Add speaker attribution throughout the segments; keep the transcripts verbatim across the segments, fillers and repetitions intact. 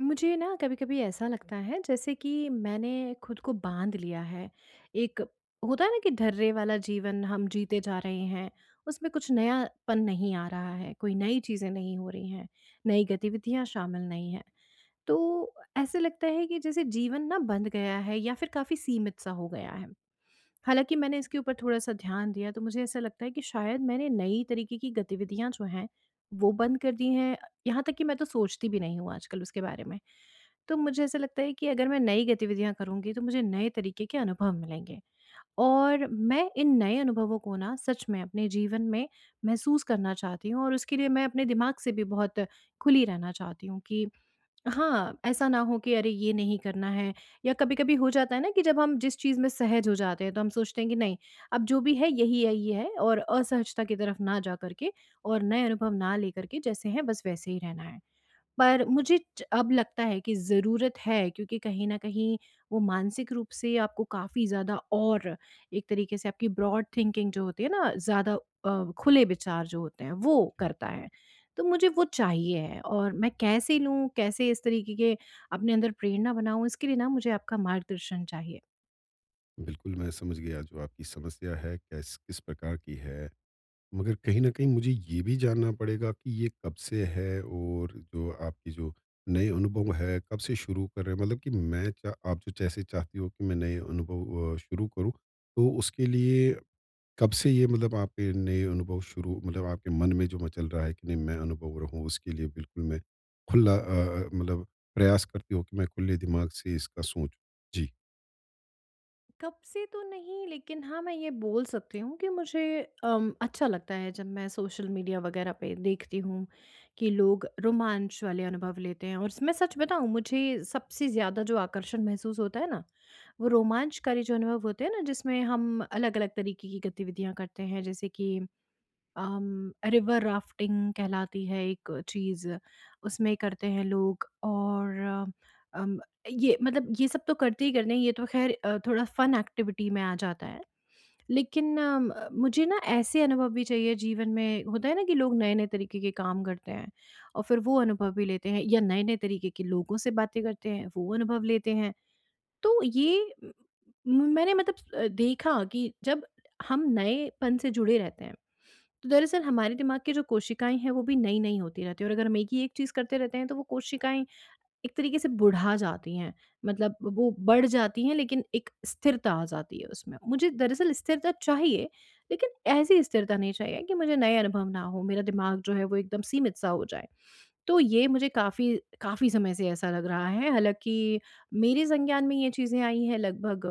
Speaker 1: मुझे ना कभी-कभी ऐसा लगता है जैसे कि मैंने खुद को बाँध लिया है। एक होता है ना कि ढर्रे वाला जीवन हम जीते जा रहे हैं, उसमें कुछ नयापन नहीं आ रहा है, कोई नई चीज़ें नहीं हो रही हैं, नई गतिविधियाँ शामिल नहीं हैं। तो ऐसे लगता है कि जैसे जीवन ना बंध गया है या फिर काफ़ी सीमित-सा हो गया है। हालाँकि मैंने इसके ऊपर थोड़ा-सा ध्यान दिया तो मुझे ऐसा लगता है कि शायद मैंने नई तरीके की गतिविधियाँ जो हैं, वो बंद कर दी हैं। यहाँ तक कि मैं तो सोचती भी नहीं हूँ आजकल उसके बारे में। तो मुझे ऐसा लगता है कि अगर मैं नई गतिविधियाँ करूँगी तो मुझे नए तरीके के अनुभव मिलेंगे और मैं इन नए अनुभवों को ना सच में अपने जीवन में महसूस करना चाहती हूँ, और उसके लिए मैं अपने दिमाग से भी बहुत खुली रहना चाहती हूँ कि हाँ, ऐसा ना हो कि अरे ये नहीं करना है। या कभी कभी हो जाता है ना कि जब हम जिस चीज़ में सहज हो जाते हैं तो हम सोचते हैं कि नहीं, अब जो भी है यही है ये है, और असहजता की तरफ ना जा करके और नए अनुभव ना ले करके जैसे हैं बस वैसे ही रहना है। पर मुझे च अब लगता है कि ज़रूरत है क्योंकि कहीं न कहीं वो मानसिक रूप से आपको काफ़ी ज़्यादा, और एक तरीके से आपकी ब्रॉड थिंकिंग जो होती है ना, ज़्यादा अ, खुले विचार जो होते हैं वो
Speaker 2: जी,
Speaker 1: करता है। तो मुझे वो चाहिए है, और मैं कैसे लूँ, कैसे इस तरीके के अपने अंदर प्रेरणा बनाऊँ, इसके लिए ना मुझे आपका मार्गदर्शन चाहिए।
Speaker 2: बिल्कुल मैं समझ गया जो आपकी समस्या है, कैस किस प्रकार की है। मगर कहीं न कहीं मुझे ये भी जानना पड़ेगा कि ये कब से है, और जो आपकी जो नए अनुभव है, कब से शुरू कर रहे हैं? मतलब कि मैं चा आप जो जैसे चाहती हो कि मैं नए अनुभव अ, शुरू करूँ, तो उसके लिए कब से ये, मतलब आपके नए अनुभव शुरू, मतलब आपके मन में जो मचल रहा है कि नहीं मैं अनुभव रहूँ, उसके लिए बिल्कुल मैं खुला अ अ, मतलब प्रयास करती हो कि मैं खुले दिमाग से इसका सोचूँ? जी।
Speaker 1: कब से तो नहीं, लेकिन हाँ, मैं ये बोल सकती हूँ कि मुझे अम, अच्छा लगता है जब मैं सोशल मीडिया वगैरह पे देखती हूँ कि लोग रोमांच वाले अनुभव लेते हैं। और मैं सच बताऊँ, मुझे सबसे ज़्यादा जो आकर्षण महसूस होता है ना, वो रोमांचकारी जो अनुभव होते हैं ना, जिसमें हम अलग अलग तरीके की गतिविधियां करते हैं, जैसे कि अम, रिवर राफ्टिंग कहलाती है एक चीज़, उसमें करते हैं लोग। और अ, अम, ये मतलब ये सब तो करते ही करते हैं, ये तो ख़ैर अ, थोड़ा फ़न एक्टिविटी में आ जाता है। लेकिन अम, मुझे ना ऐसे अनुभव भी चाहिए जीवन में। होता है ना कि लोग नए-नए तरीके के काम करते हैं और फिर वो अनुभव भी लेते हैं, या नए-नए तरीके के लोगों से बातें करते हैं, वो अनुभव लेते हैं। तो ये म मैंने मतलब अ, देखा कि जब हम नएपन से जुड़े रहते हैं तो दरअसल हमारे दिमाग की जो कोशिकाएँ हैं वो भी नई-नई होती रहती हैं, और अगर हम एक ही एक चीज़ करते रहते हैं तो वो कोशिकाएँ एक तरीके से बुढ़ा जाती हैं। मतलब वो बढ़ जाती हैं, लेकिन एक स्थिरता आ जाती है उसमें। मुझे दरअसल स्थिरता चाहिए, लेकिन ऐसी स्थिरता नहीं चाहिए कि मुझे नए अनुभव ना हो, मेरा दिमाग जो है वो एकदम सीमित-सा हो जाए। तो ये मुझे काफ़ी काफ़ी समय से ऐसा लग रहा है। हालाँकि मेरे संज्ञान में ये चीज़ें आई हैं लगभग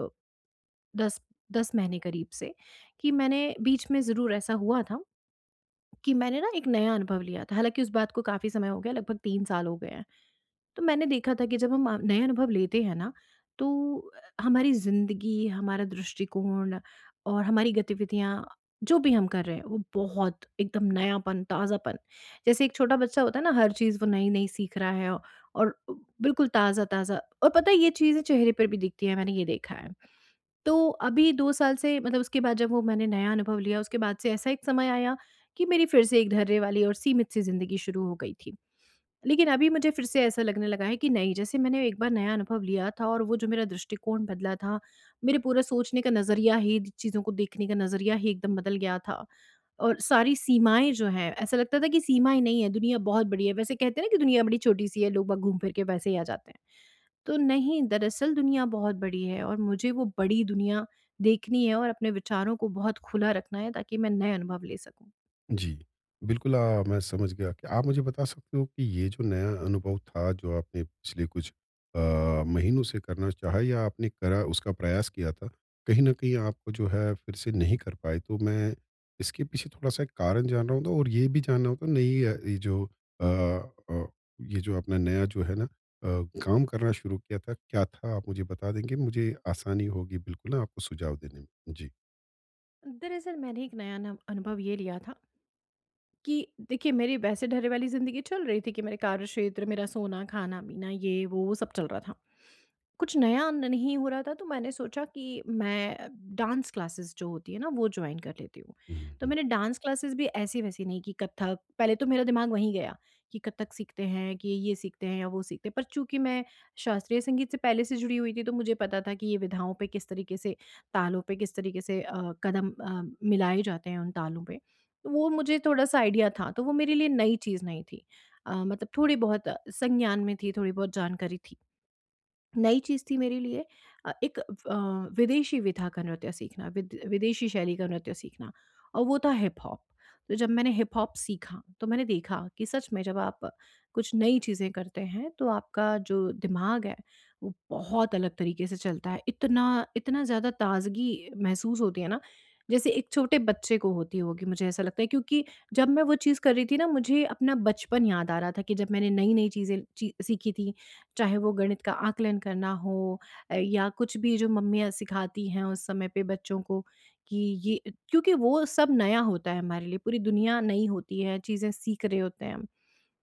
Speaker 1: दस दस महीने करीब से, कि मैंने बीच में ज़रूर ऐसा हुआ था। कि मैंने ना एक नया अनुभव लिया था, हालाँकि उस बात को काफ़ी समय हो गया, लगभग तीन साल हो गए हैं। तो मैंने देखा था कि जब हम अ, नए अनुभव लेते हैं ना, तो अ, हमारी ज़िंदगी, हमारा दृष्टिकोण और हमारी गतिविधियाँ, जो भी हम कर रहे हैं, वो बहुत एकदम नयापन, ताज़ापन, जैसे एक छोटा बच्चा होता है ना, हर चीज़ वो नई-नई सीख रहा है औ और बिल्कुल ताज़ा-ताज़ा। और पता है, ये चीज़ें चेहरे पर भी दिखती है, मैंने ये देखा है। तो अभी दो साल से, मतलब उसके बाद जब वो मैंने नया अनुभव लिया, उसके बाद से ऐसा एक समय आया कि मेरी फिर से एक धैर्य वाली और सीमित सी ज़िंदगी शुरू हो गई थी। लेकिन अभी मुझे फिर से ऐसा लगने लगा है कि नहीं, जैसे मैंने एक बार नया अनुभव लिया था और वो जो मेरा दृष्टिकोण बदला था, मेरे पूरा सोचने का नज़रिया ही, चीज़ों को देखने का नज़रिया ही एकदम बदल गया था। और सारी सीमाएँ जो हैं, ऐसा लगता था कि सीमाएँ नहीं है, दुनिया बहुत बड़ी है। वैसे कहते हैं ना कि दुनिया बड़ी छोटी-सी है, लोग बस घूम फिर के वैसे ही आ जाते हैं। तो नहीं, दरअसल दुनिया बहुत बड़ी है और मुझे वो बड़ी दुनिया देखनी है और अपने विचारों को बहुत खुला रखना है ताकि मैं नए अनुभव ले सकूँ।
Speaker 2: जी, बिल्कुल अ, मैं समझ गया। क्या आप मुझे बता सकते हो कि ये जो नया अनुभव था, जो आपने पिछले कुछ अ, महीनों से करना चाहा या आपने करा, उसका प्रयास किया था, कहीं न कहीं आपको जो है फिर से नहीं कर पाए। तो मैं इसके पीछे थोड़ा-सा कारण जान रहा होता, और ये भी जानना होता नई अ, ये जो अ अ, ये जो अपना नया जो है ना अ, काम करना शुरू किया था, क्या था? आप मुझे बता देंगे? मुझे आसानी होगी बिल्कुल ना आपको सुझाव देने में। जी।
Speaker 1: दरअसल मैंने एक नया नव अनुभव ये लिया था कि देखिए मेरी वैसे ढर्रे वाली ज़िंदगी चल रही थी कि मेरे कार्यक्षेत्र, मेरा सोना, खाना-पीना, ये वो सब चल रहा था। कुछ नया नहीं हो रहा था तो मैंने सोचा कि मैं डांस क्लासेस जो होती है ना वो ज्वाइन कर लेती हूँ।
Speaker 2: हुँ,
Speaker 1: तो
Speaker 2: हुँ।
Speaker 1: मैंने डांस क्लासेस भी ऐसी वैसी नहीं, कि कथक, पहले तो मेरा दिमाग वहीं गया कि कथक सीखते हैं कि ये सीखते हैं या वो सीखते हैं, पर चूंकि मैं शास्त्रीय संगीत से पहले से जुड़ी हुई थी तो मुझे पता था कि ये विधाओं पे किस तरीके से, तालों पे किस तरीके से अ, कदम अ, मिलाए जाते हैं उन तालों पे। तो वो मुझे थोड़ा सा आइडिया था, तो वो मेरे लिए नई चीज़ नहीं थी। अ, मतलब थोड़ी बहुत अ, संज्ञान में थी, थोड़ी बहुत जानकारी थी। नई चीज़ थी मेरे लिए अ, एक अ, विदेशी विधा का नृत्य सीखना, विद विदेशी शैली का नृत्य सीखना, और वो था हिप हॉप। तो जब मैंने हिप हॉप सीखा, तो मैंने देखा कि सच में जब आप कुछ नई चीज़ें करते हैं, तो आपका जो दिमाग है, वो बहुत अलग तरीके से चलता है। इतना इतना ज़्यादा ताज़गी महसूस होती है ना, जैसे एक छोटे बच्चे को होती होगी, मुझे ऐसा लगता है, क्योंकि जब मैं वो चीज़ कर रही थी ना, मुझे अपना बचपन याद आ रहा था कि जब मैंने नई-नई चीज़ें ची सीखी थी। चाहे वो गणित का आकलन करना हो अ, या कुछ भी जो मम्मियाँ सिखाती हैं उस समय पे बच्चों को, कि ये, क्योंकि वो सब नया होता है हमारे लिए, पूरी दुनिया नई होती है, चीज़ें सीख रहे होते हैं हम।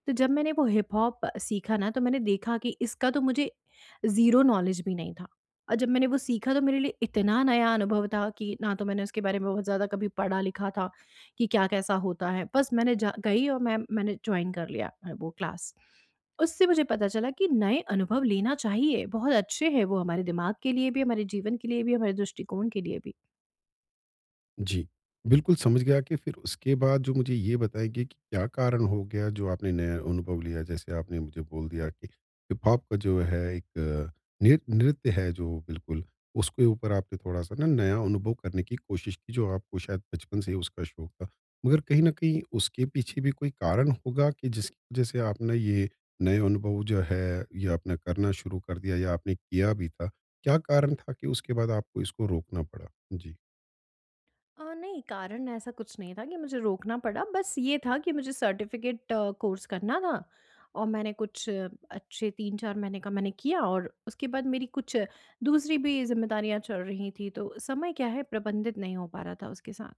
Speaker 1: तो जब मैंने वो हिप हॉप सीखा ना, तो मैंने देखा कि इसका तो मुझे ज़ीरो नॉलेज भी नहीं था। और जब मैंने वो सीखा तो मेरे लिए इतना नया अनुभव था कि ना तो मैंने उसके बारे में बहुत ज़्यादा कभी पढ़ा लिखा था कि क्या कैसा होता है। बस मैंने जा गई और मैं मैंने जॉइन कर लिया अ, वो क्लास। उससे मुझे पता चला कि नए अनुभव लेना चाहिए, बहुत अच्छे हैं वो हमारे दिमाग के लिए भी, हमारे जीवन के लिए भी, हमारे दृष्टिकोण के लिए भी।
Speaker 2: जी, बिल्कुल समझ गया कि फिर उसके बाद जो मुझे ये बताएँगे कि क्या कारण हो गया जो आपने नया अनुभव लिया? जैसे आपने मुझे बोल दिया कि हिप-हॉप का जो है एक अ, नृ नृत्य है जो बिल्कुल, उसके ऊपर आपने थोड़ा-सा ना नया अनुभव करने की कोशिश की, जो आपको शायद बचपन से ही उसका शौक था। मगर कहीं न कहीं उसके पीछे भी कोई कारण होगा, कि जिसकी वजह से आपने ये नए अनुभव जो है, ये आपने करना शुरू कर दिया या आपने किया भी था? क्या कारण था कि उसके बाद आपको इसको रोकना पड़ा? जी।
Speaker 1: अ, नहीं, कारण ऐसा कुछ नहीं था कि मुझे रोकना पड़ा, बस ये था कि मुझे सर्टिफ़िकेट कोर्स करना था, और मैंने कुछ अ, अच्छे तीन चार महीने का मैंने किया, और उसके बाद मेरी कुछ अ, दूसरी भी ज़िम्मेदारियाँ चल रही थी, तो समय क्या है प्रबंधित नहीं हो पा रहा था उसके साथ।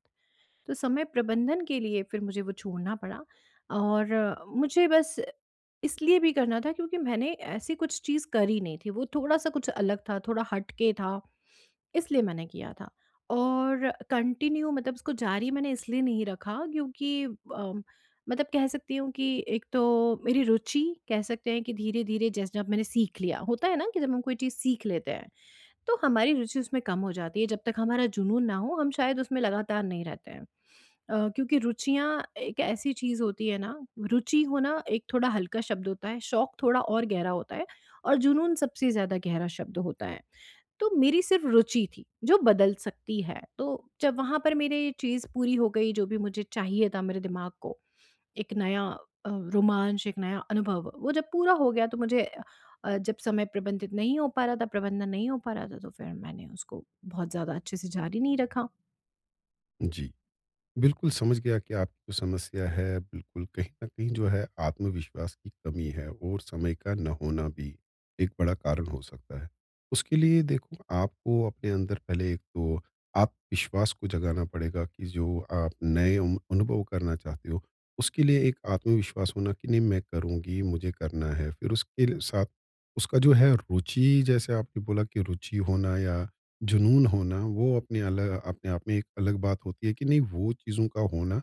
Speaker 1: तो समय प्रबंधन के लिए फिर मुझे वो छोड़ना पड़ा। और अ, मुझे बस इसलिए भी करना था क्योंकि मैंने ऐसी कुछ चीज़ करी नहीं थी, वो थोड़ा-सा कुछ अलग था, थोड़ा हटके था, इसलिए मैंने किया था। और कंटिन्यू, मतलब उसको जारी मैंने इसलिए नहीं रखा क्योंकि अम, मतलब कह सकती हूँ कि एक तो मेरी रुचि, कह सकते हैं कि धीरे धीरे, जैसे जब मैंने सीख लिया, होता है ना कि जब हम कोई चीज़ सीख लेते हैं तो हमारी रुचि उसमें कम हो जाती है, जब तक हमारा जुनून ना हो हम शायद उसमें लगातार नहीं रहते हैं। अ, क्योंकि रुचियाँ एक ऐसी चीज़ होती है ना, रुचि होना एक थोड़ा हल्का शब्द होता है, शौक थोड़ा और गहरा होता है, और जुनून सबसे ज़्यादा गहरा शब्द होता है। तो मेरी सिर्फ रुचि थी, जो बदल सकती है। तो जब वहाँ पर मेरे ये चीज़ पूरी हो गई, जो भी मुझे चाहिए था मेरे दिमाग को, एक नया अ, रोमांच, एक नया अनुभव, वो जब पूरा हो गया, तो मुझे, अ, जब समय प्रबंधित नहीं हो पा रहा था, प्रबंधन नहीं हो पा रहा था, तो फिर मैंने उसको बहुत ज़्यादा अच्छे से जारी नहीं रखा।
Speaker 2: जी। बिल्कुल, समझ गया कि आपकी जो समस्या है, बिल्कुल कहीं न कहीं जो है आत्मविश्वास की कमी है, और समय का ना होना भी एक बड़ा कारण हो सकता है। उसके लिए देखो, आपको अपने अंदर पहले एक तो आप विश्वास को जगाना पड़ेगा कि जो आप नए अनु अनुभव करना चाहते हो, उसके लिए एक आत्मविश्वास होना कि नहीं मैं करूँगी, मुझे करना है। फिर उसके लिए- साथ उसका जो है रुचि, जैसे आपने बोला कि रुचि होना या जुनून होना, वो अपने अलग, अपने आप में एक अलग बात होती है कि नहीं, वो चीज़ों का होना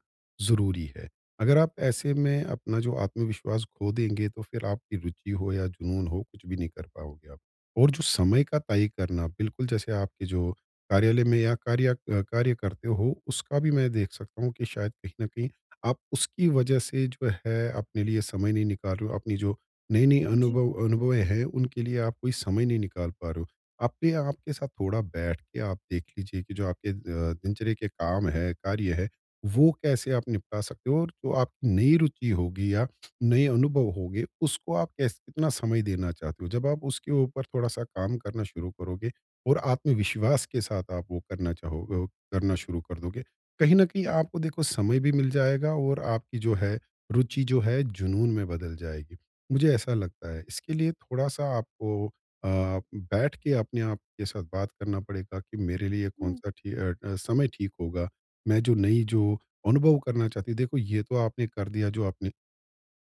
Speaker 2: ज़रूरी है। अगर आप ऐसे में अपना जो आत्मविश्वास खो देंगे, तो फिर आपकी रुचि हो या जुनून हो, कुछ भी नहीं कर पाओगे आप। और जो समय का तय करना, बिल्कुल जैसे आपके जो कार्यालय में या कार्य अ, कार्य करते हो, उसका भी मैं देख सकता हूँ कि शायद कहीं न कहीं आप उसकी वजह से जो है अपने लिए समय नहीं निकाल रहे हो। अपनी जो नई-नई
Speaker 1: जी।
Speaker 2: अनुभव अनुभवें हैं, उनके लिए आप कोई समय नहीं निकाल पा रहे हो। अपने आपके साथ थोड़ा बैठ के आप देख लीजिए कि जो आपके अ, दिनचर्या के काम है, कार्य है, वो कैसे आप निपटा सकते हो, और जो आपकी नई रुचि होगी या नए अनुभव होंगे, उसको आप कैस कितना समय देना चाहते हो। जब आप उसके ऊपर थोड़ा-सा काम करना शुरू करोगे और आत्मविश्वास के साथ आप वो करना चाहो अ, करना शुरू कर दोगे, कहीं न कहीं आपको देखो, समय भी मिल जाएगा और आपकी जो है रुचि जो है जुनून में बदल जाएगी। मुझे ऐसा लगता है। इसके लिए थोड़ा-सा आपको अ, बैठ के अपने आप के साथ बात करना पड़ेगा कि मेरे लिए
Speaker 1: हुँ,
Speaker 2: कौन-सा ठी अ अ, समय ठीक होगा। मैं जो नई जो अनुभव करना चाहती, देखो ये तो आपने कर दिया, जो आपने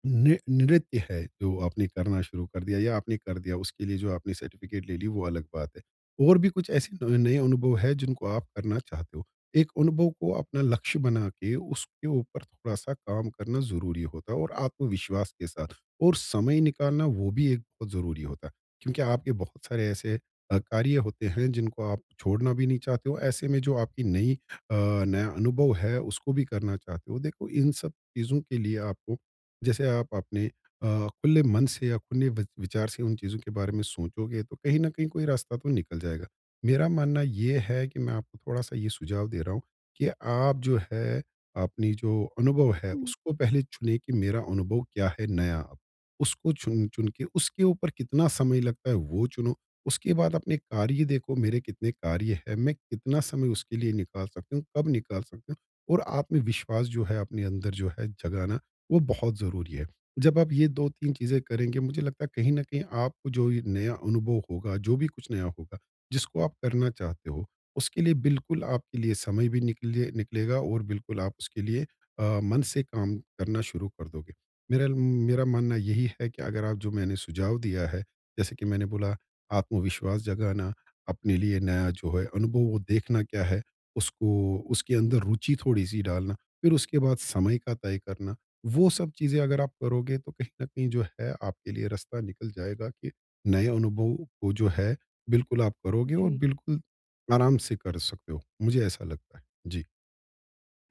Speaker 2: नि नृत्य है, जो आपने करना शुरू कर दिया या आपने कर दिया, उसके लिए जो आपने सर्टिफ़िकेट ले ली, वो अलग बात है। और भी कुछ ऐसे न नए अनुभव हैं, जिनको आप करना चाहते हो। एक अनुभव को अपना लक्ष्य बना के, उसके ऊपर थोड़ा-सा काम करना ज़रूरी होता है, और आत्मविश्वास के साथ और समय निकालना, वो भी एक बहुत ज़रूरी होता है। क्योंकि आपके बहुत सारे ऐसे अ, कार्य होते हैं, जिनको आप छोड़ना भी नहीं चाहते हो। ऐसे में जो आपकी नई अ, नया अनुभव है, उसको भी करना चाहते हो। देखो, इन सब चीज़ों के लिए आपको जैसे आप अपने अ, खुले मन से या खुले वि- विचार से उन चीज़ों के बारे में सोचोगे, तो कहीं ना कहीं कोई रास्ता तो निकल जाएगा। मेरा मानना ये है कि मैं आपको थोड़ा सा ये सुझाव दे रहा हूँ कि आप जो है अपनी जो अनुभव है,
Speaker 1: हुँ।
Speaker 2: उसको पहले चुने कि मेरा अनुभव क्या है नया, अब उसको चुन चुन के उसके ऊपर कितना समय लगता है वो चुनो। उसके बाद अपने कार्य देखो, मेरे कितने कार्य है, मैं कितना समय उसके लिए निकाल सकती हूँ, कब निकाल सकती हूँ, और आत्मविश्वास जो है अपने अंदर जो है जगाना, वो बहुत ज़रूरी है। जब आप ये दो तीन चीज़ें करेंगे, मुझे लगता है कहीं न कहीं आपको जो ये नया अनुभव होगा, जो भी कुछ नया होगा, जिसको आप करना चाहते हो, उसके लिए बिल्कुल आपके लिए समय भी निकले निकलेगा, और बिल्कुल आप उसके लिए अ, मन से काम करना शुरू कर दोगे। मेरा मेरा मानना यही है कि अगर आप जो मैंने सुझाव दिया है, जैसे कि मैंने बोला, आत्मविश्वास जगाना, अपने लिए नया जो है अनुभव वो देखना क्या है, उसको उसके अंदर रुचि थोड़ी-सी डालना, फिर उसके बाद समय का तय करना, वो सब चीज़ें अगर आप करोगे, तो कहीं न कहीं जो है आपके लिए रास्ता निकल जाएगा कि नए अनुभव को जो है बिल्कुल आप करोगे, और
Speaker 1: जी।
Speaker 2: बिल्कुल आराम से कर सकते हो। मुझे ऐसा लगता है। जी,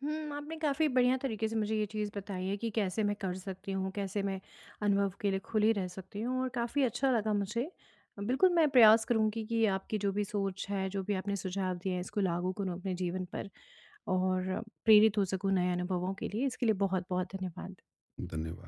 Speaker 1: हुँ, आपने काफ़ी बढ़िया तरीके से मुझे ये चीज़ बताई है कि कैसे मैं कर सकती हूँ, कैसे मैं अनुभव के लिए खुली रह सकती हूँ, और काफ़ी अच्छा लगा मुझे। बिल्कुल, मैं प्रयास करूँगी कि आपकी जो भी सोच है, जो भी आपने सुझाव दिए हैं, इसको लागू करूँ अपने जीवन पर, और प्रेरित हो सकूँ नए अनुभवों के लिए। इसके लिए बहुत-बहुत धन्यवाद।
Speaker 2: धन्यवाद।